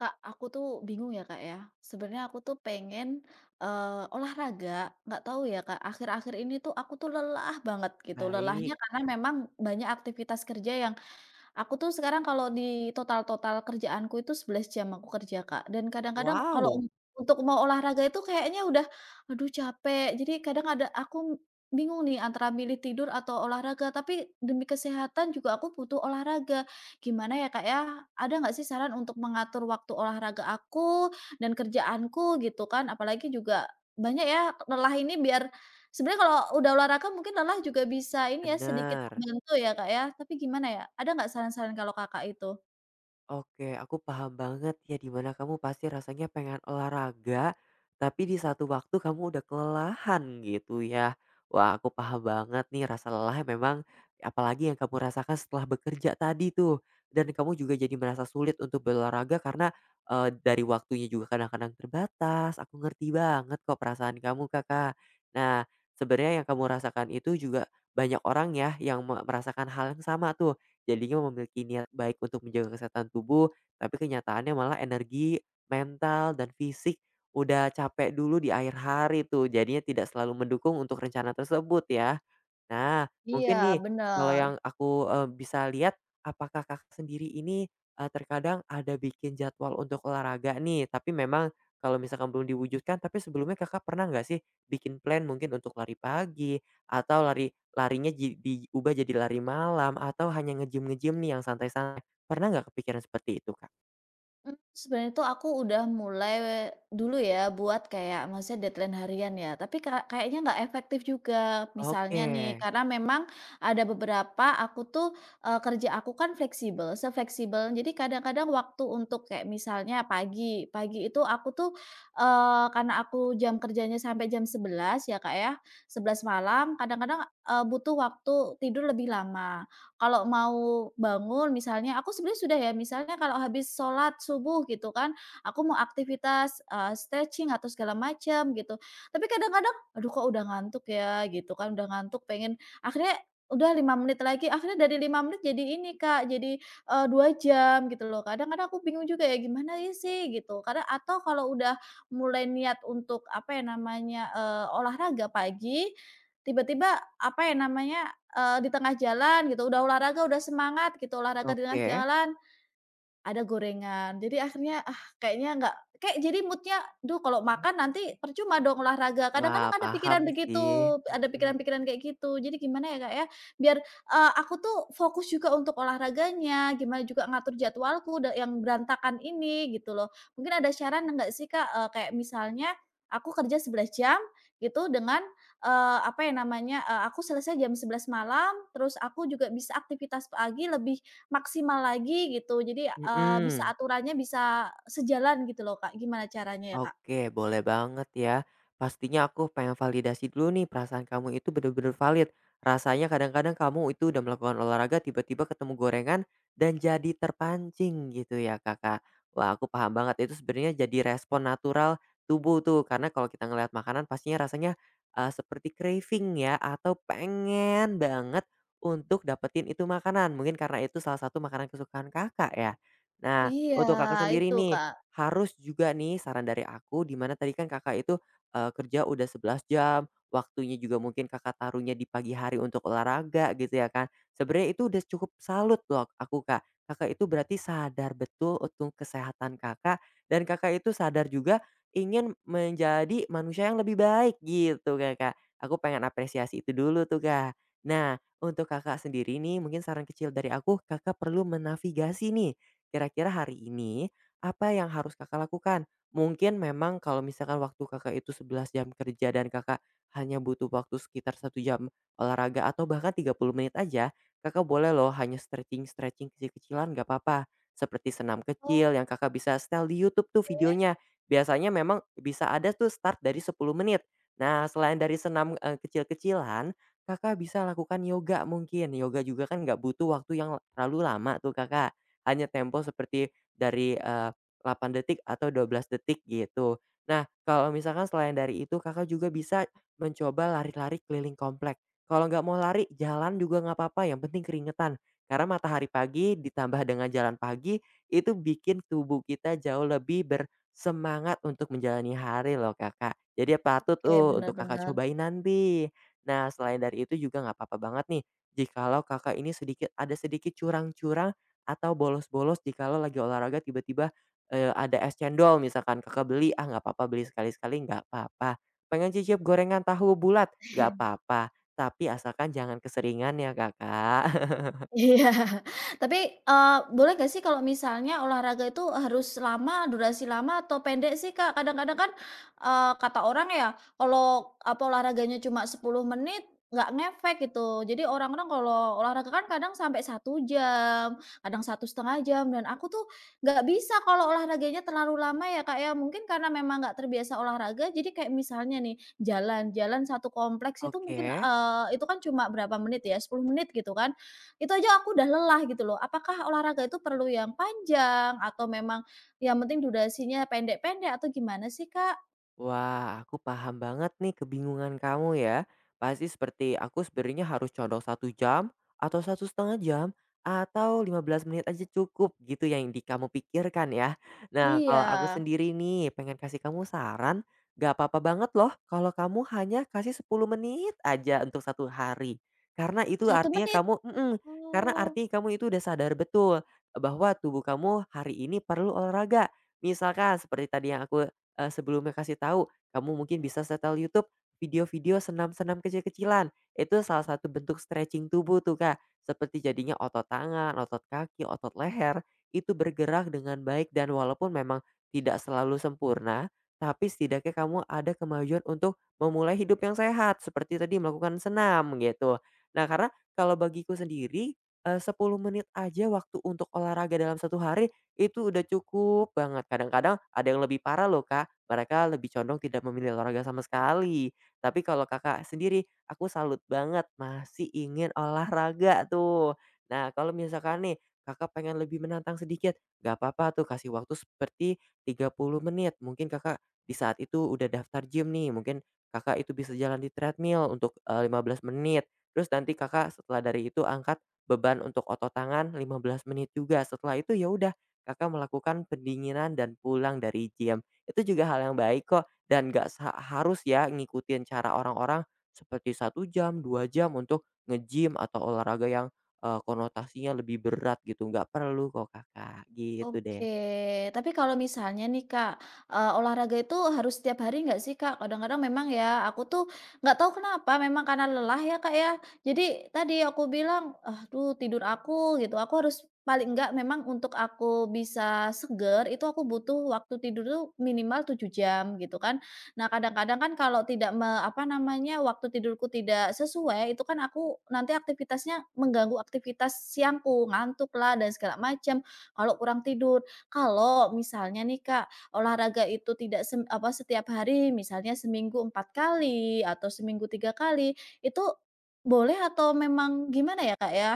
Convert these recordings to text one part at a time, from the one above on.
Kak, aku tuh bingung ya Kak ya. Sebenarnya aku tuh pengen olahraga. Nggak tahu ya Kak, akhir-akhir ini tuh aku tuh lelah banget gitu. Mmm. Lelahnya Baik, karena memang banyak aktivitas kerja aku tuh sekarang kalau di total-total kerjaanku itu 11 jam aku kerja, Kak. Dan kadang-kadang kalau wow, untuk mau olahraga itu kayaknya udah, aduh capek. Jadi kadang ada aku bingung nih antara milih tidur atau olahraga, tapi demi kesehatan juga aku butuh olahraga. Gimana ya, Kak, ya? Ada nggak sih saran untuk mengatur waktu olahraga aku dan kerjaanku gitu kan? Apalagi juga banyak ya lelah ini sebenarnya kalau udah olahraga mungkin lelah juga bisa ini ya, sedikit benar. membantu ya, Kak, ya. Tapi gimana ya, ada nggak saran-saran kalau Kakak itu? Oke, aku paham banget ya dimana kamu pasti rasanya pengen olahraga, tapi di satu waktu kamu udah kelelahan gitu ya. Wah, aku paham banget nih rasa lelah memang apalagi yang kamu rasakan setelah bekerja tadi tuh. Dan kamu juga jadi merasa sulit untuk berolahraga karena dari waktunya juga kadang-kadang terbatas. Aku ngerti banget kok perasaan kamu, Kakak. Nah, sebenarnya yang kamu rasakan itu juga banyak orang ya yang merasakan hal yang sama tuh jadinya memiliki niat baik untuk menjaga kesehatan tubuh, tapi kenyataannya malah energi, mental, dan fisik udah capek dulu di akhir hari tuh, jadinya tidak selalu mendukung untuk rencana tersebut ya. Nah, mungkin Iya, nih kalau bener. yang aku bisa lihat apakah Kakak sendiri ini terkadang ada bikin jadwal untuk olahraga nih, tapi memang kalau misalkan belum diwujudkan, tapi sebelumnya Kakak pernah nggak sih bikin plan mungkin untuk lari pagi atau lari larinya ji diubah jadi lari malam atau hanya ngejim ngejim nih yang santai-santai, pernah nggak kepikiran seperti itu, Kak? Sebenarnya tuh aku udah mulai dulu ya buat kayak maksudnya deadline harian ya, tapi kayaknya nggak efektif juga. Misalnya Oke, nih, karena memang ada beberapa aku tuh, kerja aku kan fleksibel, se-fleksibel jadi kadang-kadang waktu untuk kayak misalnya pagi, pagi itu aku tuh, karena aku jam kerjanya sampai jam 11 ya Kak ya, 11 malam kadang-kadang, butuh waktu tidur lebih lama. Kalau mau bangun misalnya aku sebenarnya sudah ya, misalnya kalau habis sholat subuh gitu kan, aku mau aktivitas, stretching atau segala macam gitu. Tapi kadang-kadang, "Aduh kok udah ngantuk ya?" Gitu kan, udah ngantuk pengen akhirnya udah 5 menit lagi, akhirnya dari 5 menit jadi ini Kak, jadi, 2 jam gitu loh. Kadang-kadang aku bingung juga ya gimana ya sih gitu, karena atau kalau udah mulai niat untuk apa ya namanya, olahraga pagi, tiba-tiba apa ya namanya, di tengah jalan gitu, udah olahraga, udah semangat gitu, olahraga di tengah oke. jalan, ada gorengan. Jadi akhirnya, ah, kayaknya nggak kayak jadi moodnya, "Duh kalau makan nanti percuma dong olahraga." Wah, Kadang-kadang ada pikiran paham begitu, sih, ada mhm, pikiran-pikiran kayak gitu. Jadi gimana ya, Kak, ya, biar, aku tuh fokus juga untuk olahraganya, gimana juga ngatur jadwalku yang berantakan ini gitu loh. Mungkin ada saran enggak sih, Kak, kayak misalnya aku kerja 11 jam gitu dengan, apa ya namanya, aku selesai jam 11 malam, terus aku juga bisa aktivitas pagi lebih maksimal lagi gitu jadi, bisa mhm. aturannya bisa sejalan gitu loh, Kak. Gimana caranya ya, Kak? Oke, boleh banget ya. Pastinya aku pengen validasi dulu nih perasaan kamu itu bener-bener valid. Rasanya kadang-kadang kamu itu udah melakukan olahraga tiba-tiba ketemu gorengan dan jadi terpancing gitu ya, Kakak. Wah, aku paham banget itu sebenarnya jadi respon natural tubuh tuh. Karena kalau kita ngelihat makanan pastinya rasanya seperti craving ya atau pengen banget untuk dapetin itu makanan. Mungkin karena itu salah satu makanan kesukaan Kakak ya. Nah, Iya, untuk Kakak sendiri itu, nih Kak. harus juga nih saran dari aku, di mana tadi kan Kakak itu kerja udah 11 jam, waktunya juga mungkin Kakak taruhnya di pagi hari untuk olahraga gitu ya kan. Sebenarnya itu udah cukup salut loh aku, Kak. Kakak itu berarti sadar betul untuk kesehatan Kakak, dan Kakak itu sadar juga ingin menjadi manusia yang lebih baik gitu, Kakak. Aku pengen apresiasi itu dulu tuh, Kak. Nah, untuk Kakak sendiri nih mungkin saran kecil dari aku, Kakak perlu menavigasi nih, kira-kira hari ini apa yang harus Kakak lakukan? Mungkin memang kalau misalkan waktu Kakak itu 11 jam kerja dan Kakak hanya butuh waktu sekitar satu jam olahraga atau bahkan 30 menit aja, Kakak boleh loh hanya stretching-stretching kecil-kecilan, gak apa-apa. Seperti senam Oh. kecil yang Kakak bisa setel di YouTube tuh videonya. Biasanya memang bisa ada tuh start dari 10 menit. Nah, selain dari senam kecil-kecilan, Kakak bisa lakukan yoga mungkin. Yoga juga kan nggak butuh waktu yang terlalu lama tuh, Kakak. Hanya tempo seperti dari 8 detik atau 12 detik gitu. Nah, kalau misalkan selain dari itu Kakak juga bisa mencoba lari-lari keliling komplek. Kalau nggak mau lari, jalan juga nggak apa-apa, yang penting keringetan. Karena matahari pagi ditambah dengan jalan pagi, itu bikin tubuh kita jauh lebih bersemangat untuk menjalani hari loh, Kakak. Jadi ya patut Oke, tuh untuk Kakak benar-benar. cobain nanti. Nah, selain dari itu juga nggak apa-apa banget nih, jikalau Kakak ini sedikit ada sedikit curang-curang atau bolos-bolos jikalau lagi olahraga tiba-tiba ada es cendol misalkan Kakak beli, "Ah, nggak apa-apa beli sekali-sekali nggak apa-apa." Pengen cicip gorengan tahu bulat, nggak apa-apa, tapi asalkan jangan keseringan ya, Kakak. Iya. Tapi, boleh nggak sih kalau misalnya olahraga itu harus lama, durasi lama atau pendek sih, Kak? Kadang-kadang kan, kata orang ya, kalau apa, olahraganya cuma 10 menit, nggak ngefek gitu. Jadi orang-orang kalau olahraga kan kadang sampai 1 jam, kadang 1,5 jam, dan aku tuh nggak bisa kalau olahraganya terlalu lama ya, Kak, ya. Mungkin karena memang nggak terbiasa olahraga, jadi kayak misalnya nih, jalan, jalan satu kompleks itu mungkin, Oke. Itu kan cuma berapa menit ya, 10 menit gitu kan. Itu aja aku udah lelah gitu loh. Apakah olahraga itu perlu yang panjang atau memang yang penting durasinya pendek-pendek atau gimana sih, Kak? Wah, aku paham banget nih kebingungan kamu ya. Pasti seperti aku sebenarnya harus condong satu jam atau satu setengah jam atau 15 menit aja cukup gitu yang di kamu pikirkan ya. Nah, kalau Iya, aku sendiri nih pengen kasih kamu saran, gak apa-apa banget loh kalau kamu hanya kasih 10 menit aja untuk satu hari. Karena itu satu artinya menit. kamu karena Oh. artinya kamu itu udah sadar betul bahwa tubuh kamu hari ini perlu olahraga. Misalkan seperti tadi yang aku sebelumnya kasih tahu, kamu mungkin bisa setel YouTube video-video senam-senam kecil-kecilan. Itu salah satu bentuk stretching tubuh tuh, Kak. Seperti jadinya otot tangan, otot kaki, otot leher, itu bergerak dengan baik dan walaupun memang tidak selalu sempurna, tapi setidaknya kamu ada kemajuan untuk memulai hidup yang sehat, seperti tadi melakukan senam gitu. Nah, karena kalau bagiku sendiri 10 menit aja waktu untuk olahraga dalam satu hari, itu udah cukup banget. Kadang-kadang ada yang lebih parah loh, Kak. Mereka lebih condong tidak memilih olahraga sama sekali. Tapi kalau Kakak sendiri, aku salut banget masih ingin olahraga tuh. Nah, kalau misalkan nih Kakak pengen lebih menantang sedikit, nggak apa-apa tuh kasih waktu seperti 30 menit. Mungkin Kakak di saat itu udah daftar gym nih, mungkin Kakak itu bisa jalan di treadmill untuk 15 menit. Terus nanti Kakak setelah dari itu angkat beban untuk otot tangan 15 menit juga. Setelah itu ya udah Kakak melakukan pendinginan dan pulang dari gym. Itu juga hal yang baik kok dan nggak harus ya ngikutin cara orang-orang seperti satu jam, 2 jam untuk nge-gym atau olahraga yang konotasinya lebih berat gitu, nggak perlu kok, Kakak, gitu deh. Oke, tapi kalau misalnya nih Kak, olahraga itu harus setiap hari nggak sih Kak? Kadang-kadang memang ya, aku tuh nggak tahu kenapa, memang karena lelah ya Kak ya, jadi tadi aku bilang, "Aduh tidur aku," gitu. Aku harus paling nggak memang untuk aku bisa seger, itu aku butuh waktu tidur tuh minimal 7 jam gitu kan. Nah kadang-kadang kan kalau tidak apa namanya, waktu tidurku tidak sesuai, itu kan aku nanti aktivitasnya mengganggu aktivitas siangku, ngantuk lah dan segala macam. Kalau kurang tidur, kalau misalnya nih Kak, olahraga itu tidak apa, setiap hari, misalnya seminggu 4 kali atau seminggu 3 kali, itu boleh atau memang gimana ya Kak ya?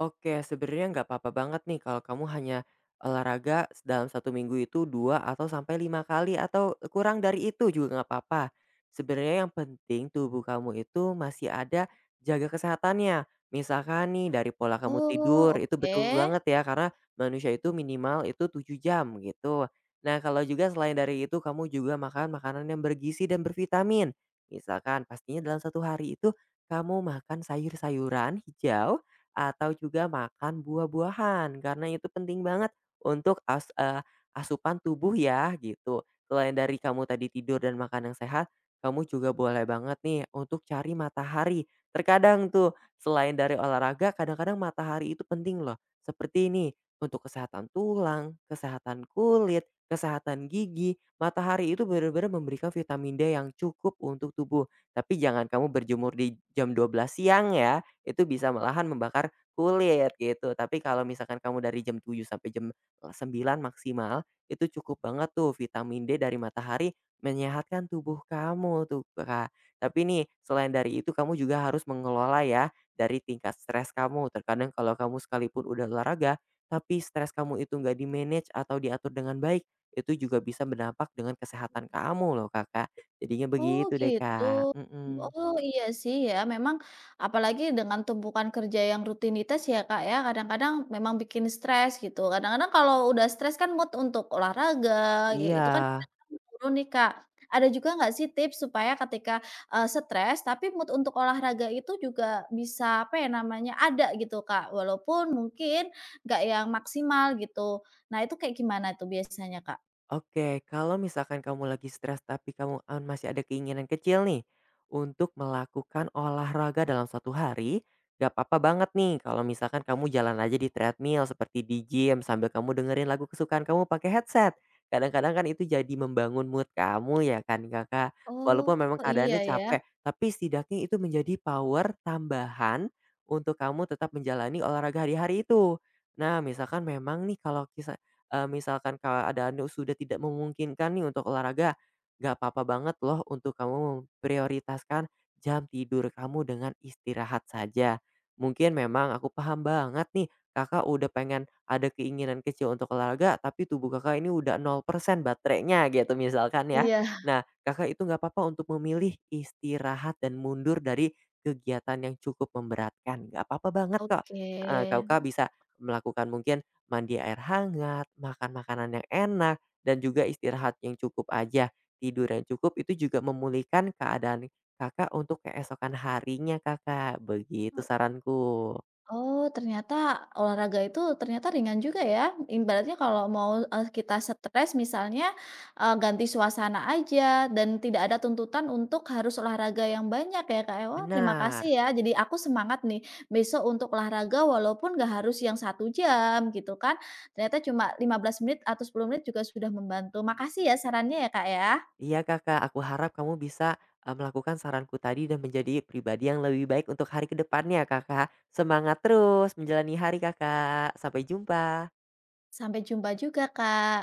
Oke, sebenarnya nggak apa-apa banget nih kalau kamu hanya olahraga dalam satu minggu itu dua atau sampai lima kali atau kurang dari itu juga nggak apa-apa. Sebenarnya yang penting tubuh kamu itu masih ada jaga kesehatannya. Misalkan nih dari pola kamu Oh, tidur itu oke. betul banget ya karena manusia itu minimal itu 7 jam gitu. Nah, kalau juga selain dari itu kamu juga makan makanan yang bergizi dan bervitamin. Misalkan pastinya dalam satu hari itu kamu makan sayur-sayuran hijau atau juga makan buah-buahan karena itu penting banget untuk asupan tubuh ya gitu. Selain dari kamu tadi tidur dan makan yang sehat, kamu juga boleh banget nih untuk cari matahari. Terkadang tuh selain dari olahraga kadang-kadang matahari itu penting loh, seperti ini untuk kesehatan tulang, kesehatan kulit, kesehatan gigi. Matahari itu benar-benar memberikan vitamin D yang cukup untuk tubuh, tapi jangan kamu berjemur di jam 12.00 siang ya, itu bisa malahan membakar kulit gitu. Tapi kalau misalkan kamu dari jam 7 sampai jam 9 maksimal, itu cukup banget tuh vitamin D dari matahari menyehatkan tubuh kamu tuh, Kak. Tapi nih selain dari itu kamu juga harus mengelola ya dari tingkat stres kamu. Terkadang kalau kamu sekalipun udah olahraga, tapi stres kamu itu nggak di-manage atau diatur dengan baik, itu juga bisa berdampak dengan kesehatan kamu loh, Kakak. Jadinya Oh begitu deh, gitu. Kak. Mhm. Mhm. Oh iya sih ya memang apalagi dengan tumpukan kerja yang rutinitas ya Kak ya kadang-kadang memang bikin stres gitu. Kadang-kadang kalau udah stres kan mood untuk olahraga kayak Iya. gitu kan kadang-kadang menurun nih Kak. Ada juga nggak sih tips supaya ketika, stres tapi mood untuk olahraga itu juga bisa apa ya namanya, ada gitu Kak walaupun mungkin nggak yang maksimal gitu. Nah itu kayak gimana tuh biasanya Kak? Oke, kalau misalkan kamu lagi stres tapi kamu masih ada keinginan kecil nih untuk melakukan olahraga dalam satu hari, gak apa-apa banget nih kalau misalkan kamu jalan aja di treadmill seperti di gym sambil kamu dengerin lagu kesukaan kamu pakai headset. Kadang-kadang kan itu jadi membangun mood kamu ya kan, Kakak. Oh Walaupun memang iya keadaannya ya. capek, tapi setidaknya itu menjadi power tambahan untuk kamu tetap menjalani olahraga hari-hari itu. Nah, misalkan memang nih kalau misalkan keadaannya sudah tidak memungkinkan nih untuk olahraga, gak apa-apa banget loh untuk kamu memprioritaskan jam tidur kamu dengan istirahat saja. Mungkin memang aku paham banget nih, Kakak udah pengen ada keinginan kecil untuk olahraga, tapi tubuh Kakak ini udah 0% baterainya gitu misalkan ya. Iya. Nah, Kakak itu nggak apa-apa untuk memilih istirahat dan mundur dari kegiatan yang cukup memberatkan, nggak apa-apa banget kok. Oke. Heeh, Kakak bisa melakukan mungkin mandi air hangat, makan makanan yang enak, dan juga istirahat yang cukup aja. Tidur yang cukup itu juga memulihkan keadaan Kakak untuk keesokan harinya, Kakak, begitu saranku. Oh, ternyata olahraga itu ternyata ringan juga ya. Ibaratnya kalau mau, kita stres misalnya, ganti suasana aja dan tidak ada tuntutan untuk harus olahraga yang banyak ya, Kak, ya. Wah, terima kasih Benar. ya. Jadi aku semangat nih besok untuk olahraga walaupun nggak harus yang 1 jam gitu kan. Ternyata cuma 15 menit atau 10 menit juga sudah membantu. Makasih ya sarannya ya, Kak, ya. Iya, Kakak, aku harap kamu bisa melakukan saranku tadi dan menjadi pribadi yang lebih baik untuk hari kedepannya, Kakak. Semangat terus menjalani hari, Kakak, sampai jumpa. Sampai jumpa juga, Kak.